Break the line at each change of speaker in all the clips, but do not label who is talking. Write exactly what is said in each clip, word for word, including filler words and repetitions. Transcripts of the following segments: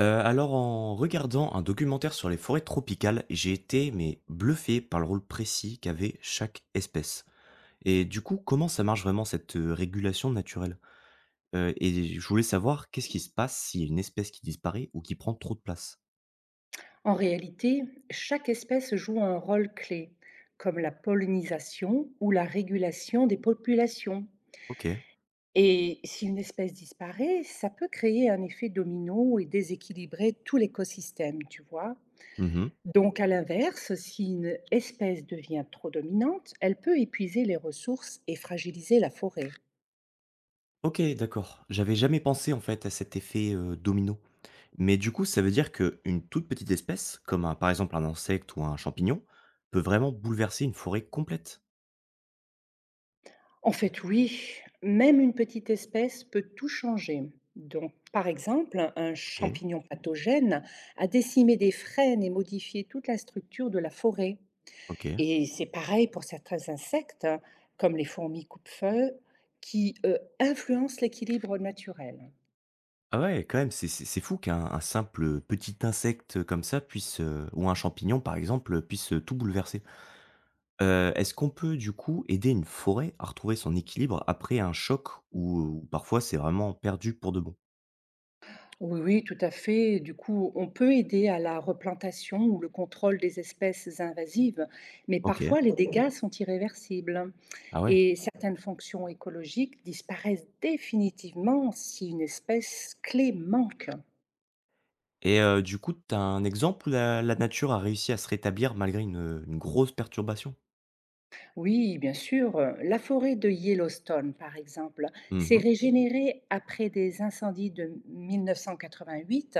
Heu, alors en regardant un documentaire sur les forêts tropicales, j'ai été, mais bluffé par le rôle précis qu'avait chaque espèce. Et du coup, comment ça marche vraiment cette, heu, régulation naturelle? Heu, et je voulais savoir qu'est-ce qui se passe s'il y a une espèce qui disparaît ou qui prend trop de place?
En réalité, chaque espèce joue un rôle clé, comme la pollinisation ou la régulation des populations.
OK.
Et si une espèce disparaît, ça peut créer un effet domino et déséquilibrer tout l'écosystème, tu vois.
Mmh.
Donc à l'inverse, si une espèce devient trop dominante, elle peut épuiser les ressources et fragiliser la forêt.
OK, d'accord. J'avais jamais pensé en fait à cet effet, heu, domino. Mais du coup, ça veut dire qu'une toute petite espèce, comme un par exemple un insecte ou un champignon, peut vraiment bouleverser une forêt complète?
En fait, oui, même une petite espèce peut tout changer. Donc, par exemple, un
OK,
champignon pathogène a décimé des frênes et modifié toute la structure de la forêt.
OK.
Et c'est pareil pour certains insectes, hein, comme les fourmis coupe-feu, qui euh, influencent l'équilibre naturel.
Ah ouais, quand même, c'est c'est c'est fou qu'un un simple, petit insecte, comme ça puisse, heu, ou un champignon par exemple, puisse, heu, tout bouleverser. Heu, est-ce qu'on peut du coup aider une forêt à retrouver son équilibre après un choc ou, heu, parfois c'est vraiment perdu pour de bon?
Oui, oui, tout à fait. Du coup, on peut aider à la replantation ou le contrôle des espèces invasives, mais
OK.
parfois les dégâts sont irréversibles.
Ah ouais,
Et certaines fonctions écologiques disparaissent définitivement si une espèce clé manque.
et heu, du coup, t'as un exemple où la la nature a réussi à se rétablir malgré une, une grosse perturbation?
Oui, bien sûr, la forêt de Yellowstone, par exemple, s'est
Mmh.
régénérée après des incendies de mille neuf cent quatre-vingt-huit,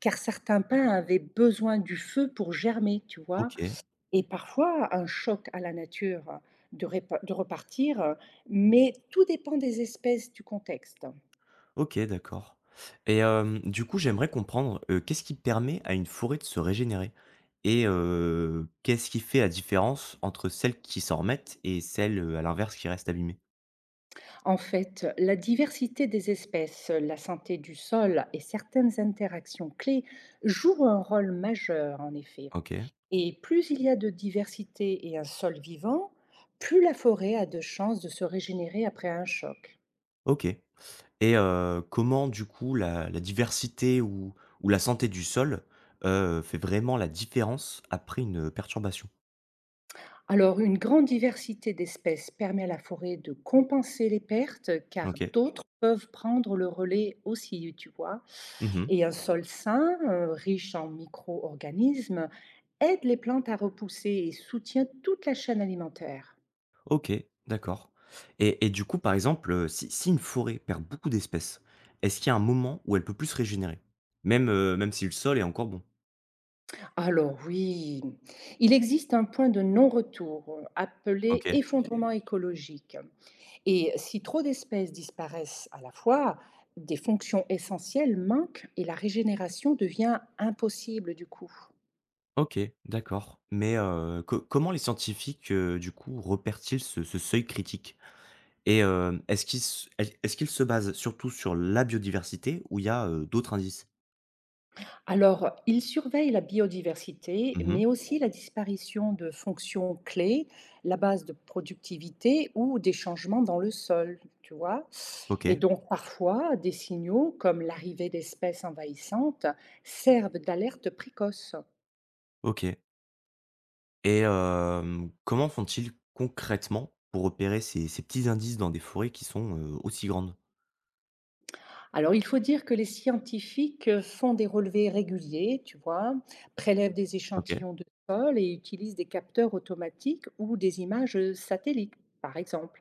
car certains pins avaient besoin du feu pour germer, tu vois.
OK.
Et parfois, un choc à la nature, hein, de répa de repartir, euh, mais tout dépend des espèces, du contexte.
OK, d'accord. Et hem, du coup, j'aimerais comprendre, heu, qu'est-ce qui permet à une forêt de se régénérer? Et heu, qu'est-ce qui fait la différence entre celles qui s'en remettent et celles, heu, à l'inverse, qui restent abîmées?
En fait, la diversité des espèces, la santé du sol et certaines interactions clés jouent un rôle majeur, en effet.
OK,
Et plus il y a de diversité et un sol vivant, plus la forêt a de chances de se régénérer après un choc.
OK. Et heu, comment du coup la la diversité ou ou la santé du sol, heu, fait vraiment la différence après une, perturbation?
Alors, une grande diversité d'espèces permet à la forêt de compenser les pertes car
OK.
d'autres peuvent prendre le relais aussi, tu vois.
Mmh.
Et un sol sain, euh, riche en micro-organismes, aide les plantes à repousser et soutient toute la chaîne alimentaire.
OK, d'accord. Et et du coup, par exemple, heu, si si une forêt perd beaucoup d'espèces, est-ce qu'il y a un moment où elle peut plus se régénérer? Même, heu, même si le sol est encore bon?
Alors oui, il existe un point de non-retour euh, appelé
OK,
effondrement écologique. Et si trop d'espèces disparaissent à la fois, des fonctions essentielles manquent et la régénération devient impossible du coup.
OK, d'accord, mais heu, co comment les scientifiques, heu, du coup, repèrent-ils ce ce seuil critique? Et hem, est-ce qu'ils s est est-ce qu'ils se basent surtout sur la biodiversité ou il y a, heu, d'autres indices?
Alors, il surveille la biodiversité,
Mmh.
mais aussi la disparition de fonctions clés, la base de productivité ou des changements dans le sol, tu vois. Et
OK,
donc, parfois, des signaux comme l'arrivée d'espèces envahissantes servent d'alerte précoce.
OK. Et hem, comment font-ils concrètement pour repérer ces ces petits indices dans des forêts qui sont, heu, aussi grandes?
Alors, il faut dire que les scientifiques, heu, font des relevés réguliers, tu vois? Prélèvent des
OK.
échantillons de sol et utilisent des capteurs automatiques ou des images, heu, satellites, par exemple.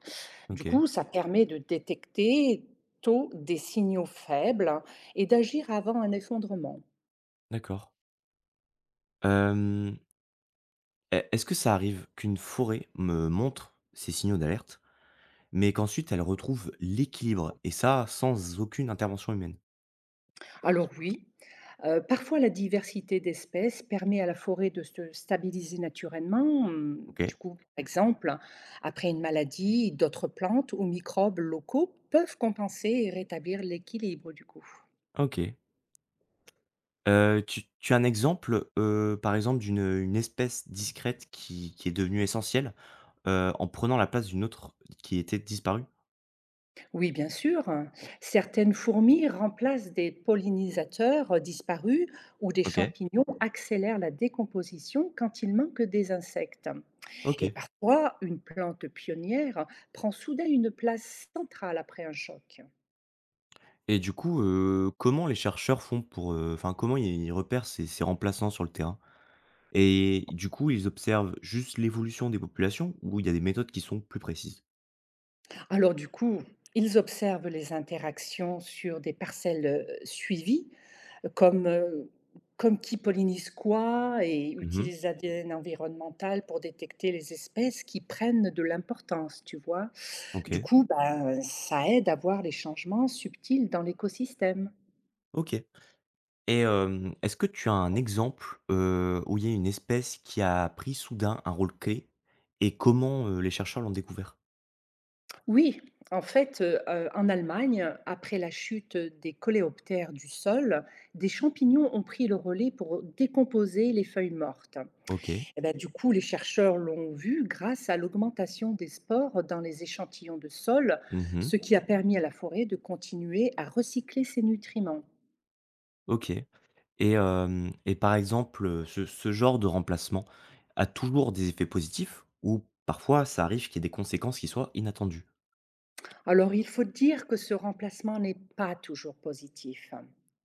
Du
OK,
coup, ça permet de détecter tôt des signaux faibles et d'agir avant un effondrement.
d'accord. Hem, e Est-ce que ça arrive qu'une forêt me montre ces signaux d'alerte, mais qu'ensuite elle retrouve l'équilibre et ça sans aucune intervention humaine?
Alors oui, heu, parfois la diversité d'espèces permet à la forêt de se stabiliser naturellement, hem, du
OK,
coup, par exemple, après une maladie, d'autres plantes ou microbes locaux peuvent compenser et rétablir l'équilibre du coup.
OK. Heu, tu tu as un exemple, heu, par exemple d'une, une espèce discrète qui qui est devenue essentielle, heu, en prenant la place d'une autre qui était disparue?
Oui, bien sûr, certaines fourmis remplacent des pollinisateurs euh, disparus ou des
OK,
champignons accélèrent la décomposition quand il manque des insectes. Et
OK.
parfois, une plante pionnière prend soudain une place centrale après un choc.
Et du coup, heu, comment les chercheurs font pour, heu, enfin comment ils ils repèrent ces ces remplaçants sur le terrain? Et du coup, ils observent juste l'évolution des populations ou il y a des méthodes qui sont plus précises?
Alors du coup, ils observent les interactions sur des parcelles euh, suivies, euh, comme, euh, comme qui pollinise quoi, et
Mmh.
utilisent la l'A D N environnemental pour détecter les espèces qui prennent de l'importance, tu vois. Du
OK,
coup, ben, ça aide à voir les changements subtils dans l'écosystème.
OK. Et hem, est-ce que tu as un exemple, heu, où il y a une espèce qui a pris soudain un rôle clé et comment, heu, les chercheurs l'ont découvert?
Oui, en fait, euh, euh, en Allemagne, après la chute des coléoptères du sol, des champignons ont pris le relais pour décomposer les feuilles mortes.
OK.
Et bah, du coup, les chercheurs l'ont vu grâce à l'augmentation des spores dans les échantillons de sol,
Mmh.
ce qui a permis à la forêt de continuer à recycler ses nutriments.
OK. Et hem et par exemple, heu, ce ce genre de remplacement a toujours des effets positifs ou parfois ça arrive qu'il y ait des conséquences qui soient inattendues?
Alors, il faut dire que ce remplacement n'est pas toujours positif.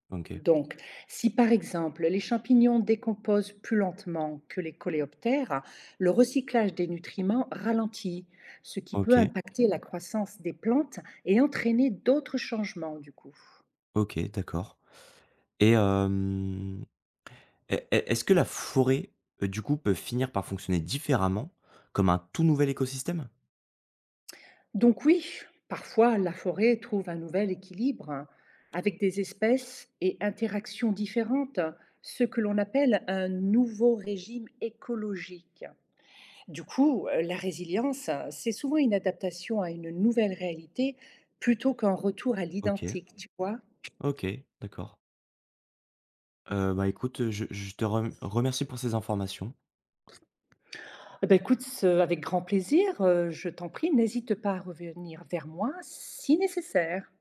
OK.
Donc, si par exemple les champignons décomposent plus lentement que les coléoptères, le recyclage des nutriments ralentit, ce qui peut
OK.
impacter la croissance des plantes et entraîner d'autres changements du coup.
OK, d'accord. Et hem E e Est-ce que la forêt, heu, du coup, peut finir par fonctionner différemment, comme un tout nouvel écosystème?
Donc oui, parfois la forêt trouve un nouvel équilibre hein, avec des espèces et interactions différentes, ce que l'on appelle un nouveau régime écologique. Du coup, euh, la résilience, hein, c'est souvent une adaptation à une nouvelle réalité plutôt qu'un retour à
OK,
l'identique, tu vois.
OK, d'accord. Heu, bah, écoute, je je te rem remercie pour ces informations.
Eh ben, écoute, ce- avec grand plaisir, euh, je t'en prie, n'hésite pas à revenir vers moi si nécessaire.